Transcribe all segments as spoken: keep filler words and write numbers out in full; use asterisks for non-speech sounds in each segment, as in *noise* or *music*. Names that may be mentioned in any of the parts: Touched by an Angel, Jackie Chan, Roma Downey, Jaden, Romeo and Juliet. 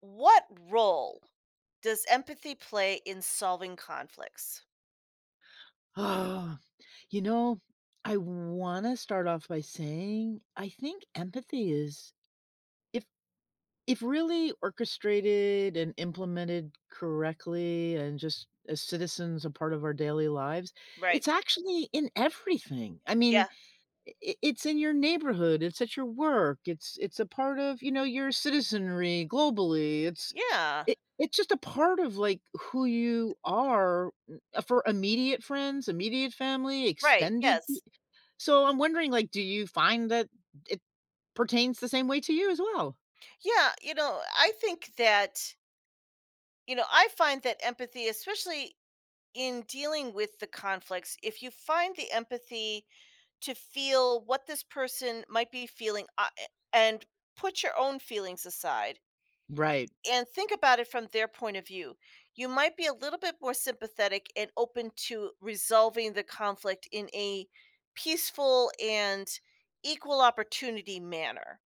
What role does empathy play in solving conflicts? Oh, you know, I want to start off by saying I think empathy is if if really orchestrated and implemented correctly and just as citizens a part of our daily lives, Right. it's actually in everything. I Yeah. mean, i- it's in your neighborhood, it's at your work, it's it's a part of, you know, your citizenry globally. It's Yeah. it, it's just a part of like who you are uh, for immediate friends, immediate family, Right. extended Yes. so I'm wondering, like, do you find that it pertains the same way to you as well? Yeah. You know, I think that, you know, I find that empathy, especially in dealing with the conflicts, if you find the empathy to feel what this person might be feeling uh, eh, and put your own feelings aside Right. and think about it from their point of view. You might be a little bit more sympathetic and open to resolving the conflict in a peaceful and equal opportunity manner,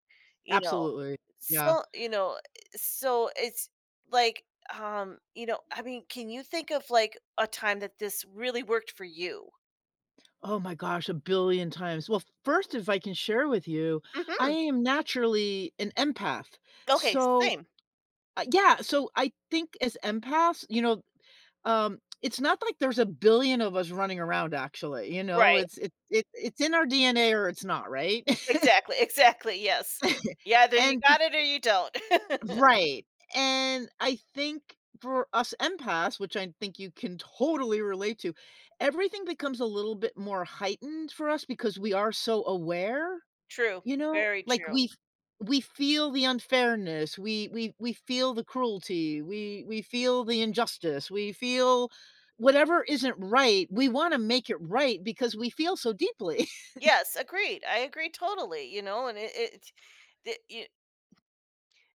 you know. Absolutely. Yeah. So, you know, so it's like, um, you know, I mean, can you think of like a time that this really worked for you? Oh my gosh, a billion times. Well, first, if I can share with you, I Mhm. am naturally an empath. Okay, So, same. uh, yeah, so I think as empaths, you know, um, it's not like there's a billion of us running around actually, you know, Right. it's it it it's in our D N A or it's not, right? Mm, *laughs* exactly. Exactly. Yes. *laughs* Yeah, either you And got it or you don't. *laughs* right, and I think for us empaths, which I think you can totally relate to, everything becomes a little bit more heightened for us because we are so aware, True. you know? Very Like, true. we we feel the unfairness, we we we feel the cruelty, we we feel the injustice, we feel whatever isn't right, we wanna make it right because we feel so deeply. Yes, agreed. I agree totally, you know, and it it the you,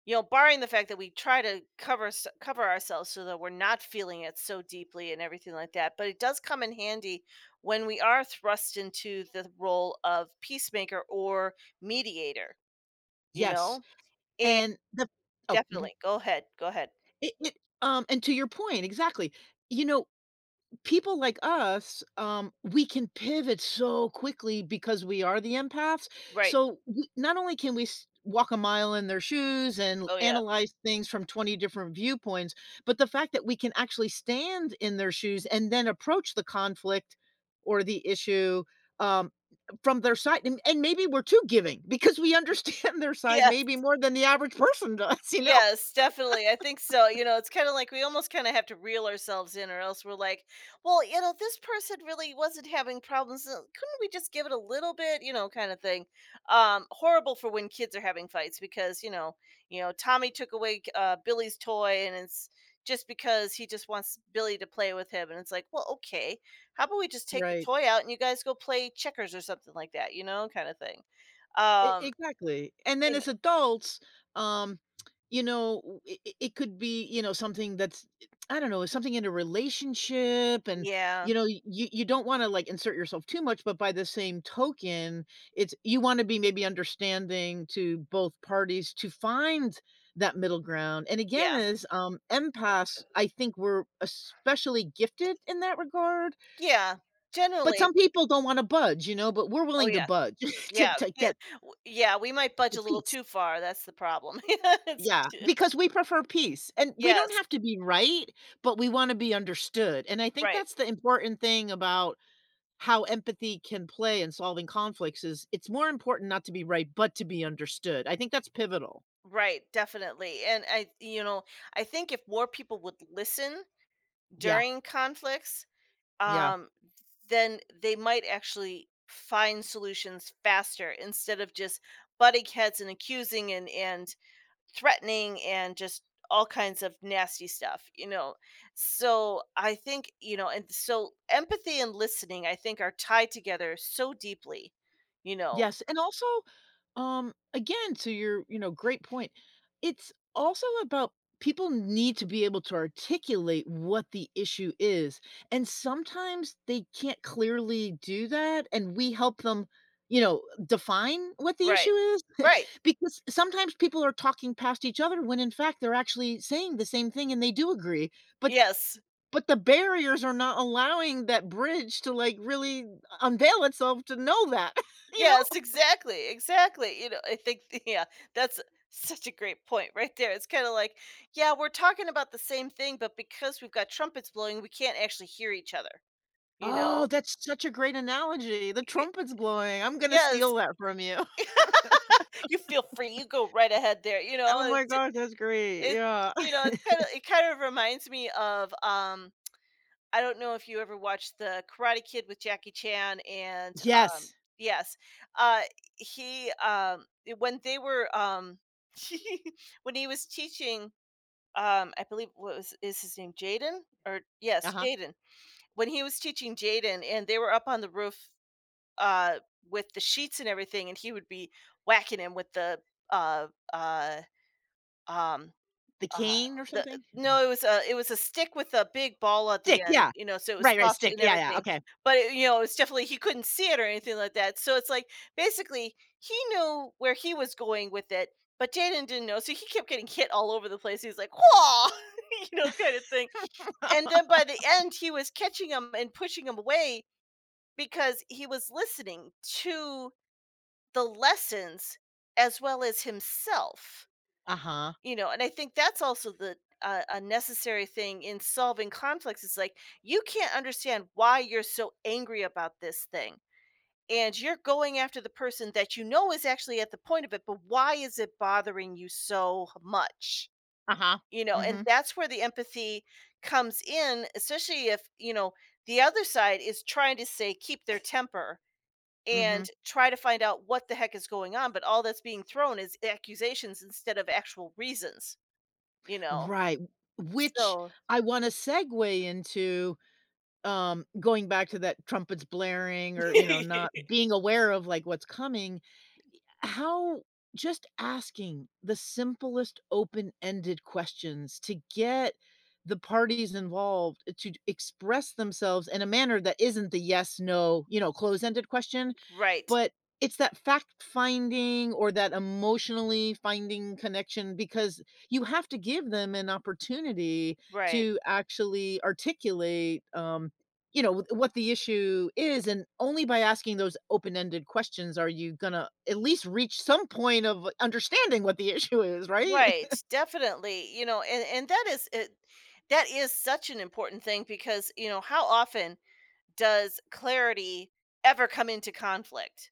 you know, barring the fact that we try to cover s- cover ourselves so that we're not feeling it so deeply and everything like that, but it does come in handy when we are thrust into the role of *laughs* peacemaker or mediator, you Yes, know? And and the oh, mhm. definitely. Go ahead. Go ahead. It it um, and to your point, exactly. You know, people like us, um, we can pivot so quickly because we are the empaths. Right. So we, not only can we s- walk a mile in their shoes and Oh yeah. analyze things from twenty different viewpoints, but the fact that we can actually stand in their shoes and then approach the conflict or the issue um, from their side. And, and maybe we're too giving because we understand *laughs* their *laughs* side Yeah. maybe more than the average person does, you know? Yes, definitely. I think so. You know, it's kind of like we almost kind of have to reel ourselves in, or else we're like, well, you know, this person really wasn't having problems, so couldn't we just give it a little bit, you know, kind of thing? Um, horrible for when kids are having fights because you know, you know, Tommy took away uh, Billy's toy, and it's just because he just wants Billy to play with him, and it's like, well, okay, how about we just take the Right. toy out and you guys go play checkers or something like that, you know, kind of thing. E Um, exactly, and you then know, as adults, um, you know, it it could be, you know, something that's I don't know, something in a relationship and, yeah, you know, you you don't wanna, like, insert yourself too much, but by the same token, it's you wanna be maybe understanding to both parties to find that middle ground, and again, yeah. as, um, empaths, I think we're especially gifted in that regard, Yeah, but generally some people don't wanna budge, you know, but we're oh, willing to yeah, budge *laughs* to yeah, to yeah, get w yeah, we might budge the a little peace. too far, that's the problem. *laughs* It's Yeah, just because we prefer peace, and we don't yes, have to be right, but we wanna be understood, and I think right, that's the important thing about how empathy can play in solving conflicts is it's more important not to be right, but to be understood. I think that's pivotal. right, definitely, and I you know, I think if more people would listen Yeah, during conflicts, yeah. um, then they might actually find solutions faster instead of just butting heads and accusing and and threatening and just all kinds of nasty stuff, you know. So I think, you know, and so empathy and listening, I think, are tied together so deeply, you know. Yes, and also Um, again, to your, you know, great point. It's also about people need to be able to articulate what the issue is. And sometimes they can't clearly do that. And we help them, you know, define what the issue Right. is. Right. *laughs* Because sometimes people are talking past each other when in fact they're actually saying the same thing and they do agree. But Yes. but the barriers are not allowing that bridge to like really unveil itself to know that, *laughs* you know? Yes, exactly. Exactly. You know, I think, *laughs* yeah, that's such a great point right there. It's kind of like, yeah, we're talking about the same thing, but because we've got trumpets blowing, we can't actually hear each other, you Oh, know? that's such a great analogy. The Y- trumpet's blowing. I'm gonna Yes. steal that from you. *laughs* *laughs* You feel free. You go right ahead there, you Oh know? my gosh, that's great. It's Yeah. you know, *laughs* it's kinda it kind of reminds me of, um I don't know if you ever watched The Karate Kid with Jackie Chan and, um Yes. yes, uh, he, um when they were, um *laughs* when he was teaching, um, I believe what was is his name Jaden? Or yes, Uh-huh. Jaden. When he was teaching Jaden and they were up on the roof, uh, with the sheets and everything, and he would be whacking him with the, uh, uh, um The uh, cane or the something? no, it was a it was a stick with a big ball at Stick, the end, yeah. you know, so it was Right, right, soft stick. and Yeah, yeah, everything, okay. but it you know, it's definitely he couldn't see it or anything like that, so it's like, basically, he knew where he was going with it, but Jaden didn't know, so he kept getting hit all over the place, he's like, "Whoa!" *laughs* you know, kinda thing, and then by the end, he was catching him and pushing him away because he was listening to the lessons as well as himself. Uh-huh. You know, and I think that's also the uh, a necessary thing in solving conflicts. It's like you can't understand why you're so angry about this thing. And you're going after the person that you know is actually at the point of it, but why is it bothering you so much? Uh-huh. You know, and Mhm, that's where the empathy comes in, especially if, you know, the other side is trying to say keep their temper mhm. and try to find out what the heck is going on, but all that's being thrown is accusations instead of actual reasons, you know. Right, which So I wanna segue into, um, going back to that trumpets blaring or, you know, not *laughs* being aware of, like, what's coming. How just asking the simplest open-ended questions to get the parties involved to d- express themselves in a manner that isn't the yes, no, you know, close-ended question, right, but it's that fact-finding or that emotionally finding connection because you have to give them an opportunity right, to actually articulate, um, you know, w what the issue is, and only by asking those open-ended questions are you gonna at least reach some point of understanding what the *laughs* issue is, right? right, *laughs* definitely, you know, and and that is it that is such an important thing because, you know, how often does clarity ever come into conflict?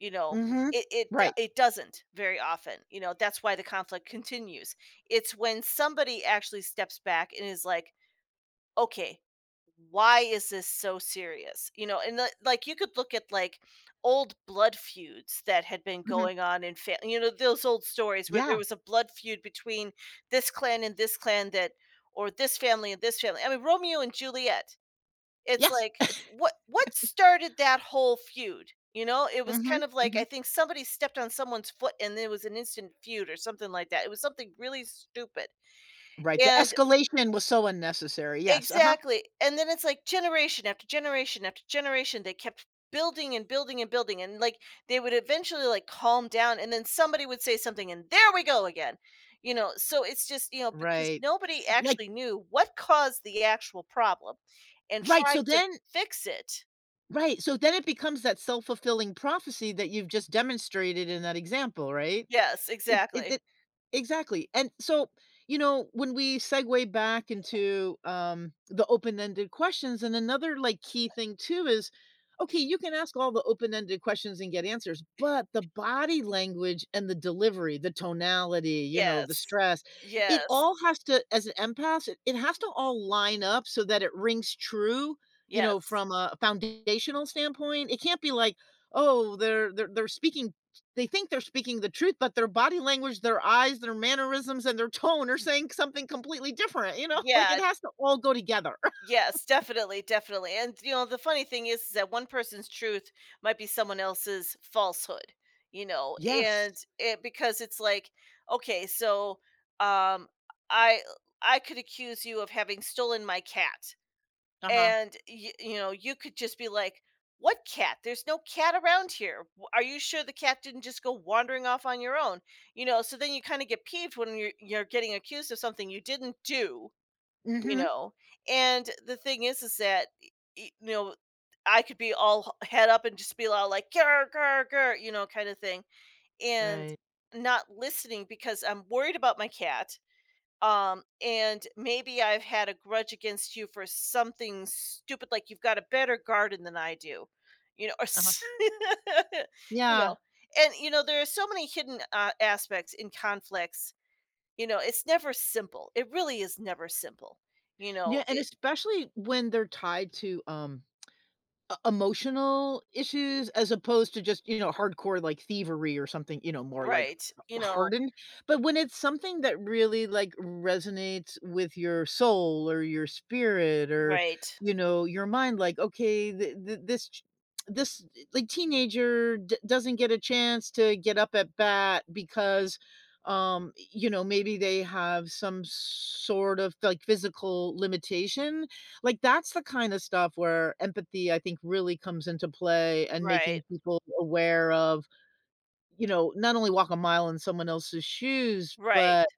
You know, Mhm. it it Right. do- it doesn't very often. You know, that's why the conflict continues. It's when somebody actually steps back and is like, okay, why is this so serious, you know? And li- like you could look at like old blood feuds that had been Mhm. going on in family. You know those old stories where there Yeah. was a blood feud between this clan and this clan that or this family and this family. I mean, Romeo and Juliet, it's Yes. like, *laughs* what what started that whole feud? You know, it was Mhm. kind of like I Mhm. think somebody stepped on someone's foot and there was an instant feud or something like that. It was something really stupid. Right, the And escalation was so unnecessary. Yes, uh-huh. exactly, and then it's like generation after generation after generation, they kept building and building and building, and, like, they would eventually, like, calm down, and then somebody would say something, and there we go again, you know? So it's just, you know, because Right. nobody Like actually knew what caused the actual problem and right, so tried to then fix it. right, so then it becomes that self-fulfilling prophecy that you've just demonstrated in that example, right? Yes, It it exactly. it exactly, and so, you know, when we segue back into, um, the open-ended questions, and another, like, key thing too is, okay, you can ask all the open-ended questions and get answers, but the body language and the delivery, the tonality, you know, the Yes. stress, it Yes. all has to as an empath, it it has to all line up so that it rings true, you know, Yes. from a foundational standpoint. It can't be like, "Oh, they're they're they're speaking they think they're speaking the truth, but their body language, their eyes, their mannerisms, and their tone are saying something completely different, you know? *laughs* Like, Yeah. it has to all go together. *laughs* Yes, definitely, definitely. And you know, the funny thing is, is that one person's truth might be someone else's falsehood, you know, Yes. and it because it's like, okay, so um I I could accuse you of having stolen my cat. Uh-huh. And y- you know, you could just be like, "What cat? There's no cat around here. W- Are you sure the cat didn't just go wandering off on your own?" You know, so then you kind of get peeved when you're you're getting accused of something you didn't do, you Mhm. know, and the thing is is that, y y you know, I could be all h head up and just be all like, "Grr, grr, grr," you know, kinda thing, and Right. not listening because I'm worried about my cat, um, and maybe I've had a grudge against you for something stupid, like you've got a better garden than I do, you know, or Uh-huh. s *laughs* you Yeah. know, and, you know, there are so many hidden, uh, aspects in conflicts, you know, it's never simple, it really is never simple, you know, Yeah, and especially when they're tied to, um E emotional issues as opposed to just, you know, hardcore, like, thievery or something, you know, more, like, right, you know hardened, but when it's something that really, like, resonates with your soul or your spirit or, right, you know, your mind, like, okay, th th this ch this, like, teenager d doesn't get a chance to get up at bat because, um, you know, maybe they have some sort of, like, physical limitation like, that's the kind of stuff where empathy, I think, really comes into play and making right, people aware of, you know, not only walk a mile in someone else's shoes, right, but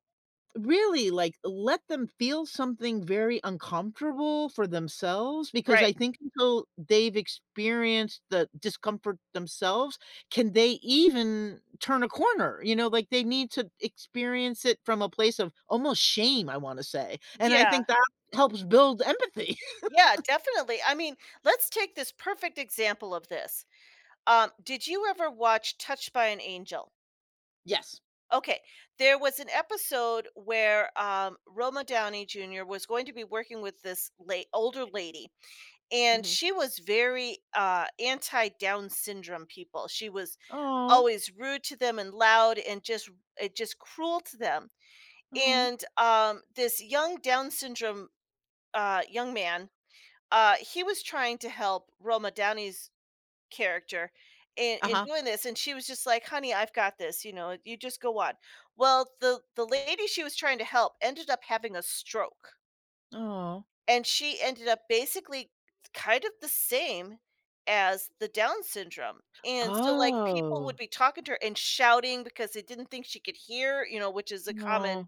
really, like, let them feel something very uncomfortable for themselves because right. I think until they've experienced the discomfort themselves, can they even turn a corner, you know, like, they need to experience it from a place of almost shame, I wanna say, and I Yeah, think that helps build empathy. *laughs* yeah, definitely. I mean, let's take this perfect example of this. Um, did you ever watch Touched by an Angel? Yes. Okay, there was an episode where, um, Roma Downey Junior was going to be working with this late older lady, and Mhm. she was very, uh, anti-Down syndrome people. She was Oh, always rude to them and loud and just, it just cruel to them. oh, And, um, this young Down syndrome, uh, young man, uh, he was trying to help Roma Downey's character in in uh-huh. doing this, and she was just like, "Honey, I've got this, you know, you just go on." Well, the the lady she was trying to help ended up having a stroke. Oh, And she ended up basically kind of the same as the Down syndrome, and so, like, people would oh, be talking to her and shouting because they didn't think she could hear, you know, which is a oh. common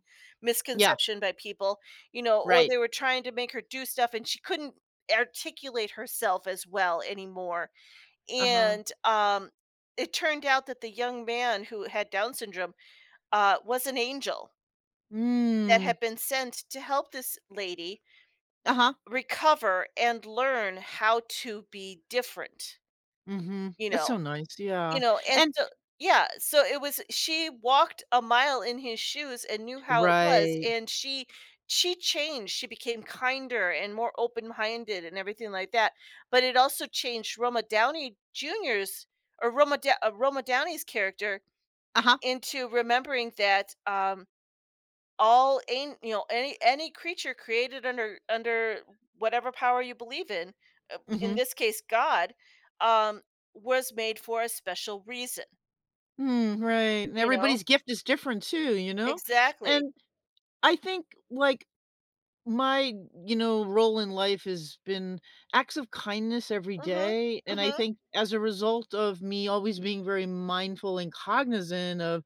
Yeah, misconception by people, you know, or right. they were trying to make her do stuff, and she couldn't articulate herself as well anymore, Uh-huh. and, um, it turned out that the young man who had Down syndrome, uh, was an angel that Mm. had been sent to help this lady Uh-huh. recover and learn how to be different, Mhm. you That's know, so nice. you Yeah. know, and And so yeah, so it was she walked a mile in his shoes and knew how it was, right. and she she changed, she became kinder and more open-minded and everything like that, but it also changed Roma Downey Junior's or Roma Da uh, Roma Downey's character Uh-huh. into remembering that, um all an you know, any any creature created under under whatever power you believe in, uh, in Mhm. this case God, um, was made for a special reason, Mm, right. And you know? everybody's gift is different too, you know? Exactly. And I think like my, you know, role in life has been acts of kindness every Mhm. day, and I Mhm. think as a result of me always being very mindful and cognizant of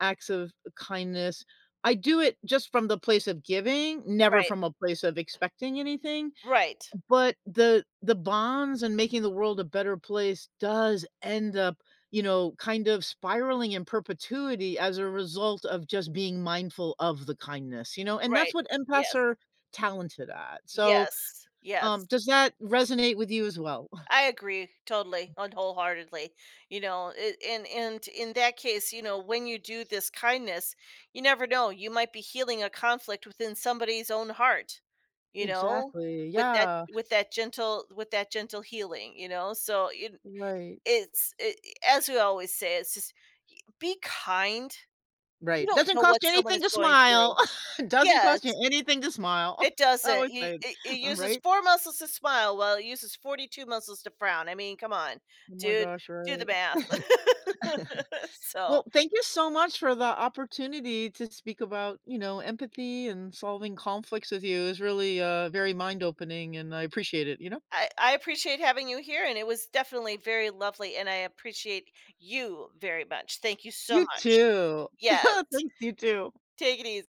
acts of kindness, I do it just from the place of giving, never Right. from a place of expecting anything. Right. But the the bonds and making the world a better place does end up, you know, kind of spiraling in perpetuity as a result of just being mindful of the kindness, you know, and that's Right. what empaths Yes. are talented at. So, Yes. um, Yes. does that resonate with you as well? *laughs* I agree totally and wholeheartedly. You know, it, and and in that case, you know, when you do this kindness, you never know. You might be healing a conflict within somebody's own heart. You know, Exactly. with that Yeah. with that gentle with that gentle healing. You know, so it, Right. it's it, as we always say, it's just y- be kind. You Right. don't Doesn't know cost what you someone anything is to going through. smile. *laughs* Doesn't Yes, cost you anything to smile. it *laughs* I doesn't. always You say, it it it, uh, uses right? four muscles to smile, while it uses forty-two muscles to frown. I mean, come on, Oh my dude, gosh, do the right. math. *laughs* So, Well, thank you so much for the opportunity to speak about, you know, empathy and solving conflicts with you. It was really uh, very mind opening and I appreciate it, you know? I I appreciate having you here, and it was definitely very lovely, and I appreciate you very much. Thank you so You much. too. *laughs* Yes. Thanks, you too. Take it easy.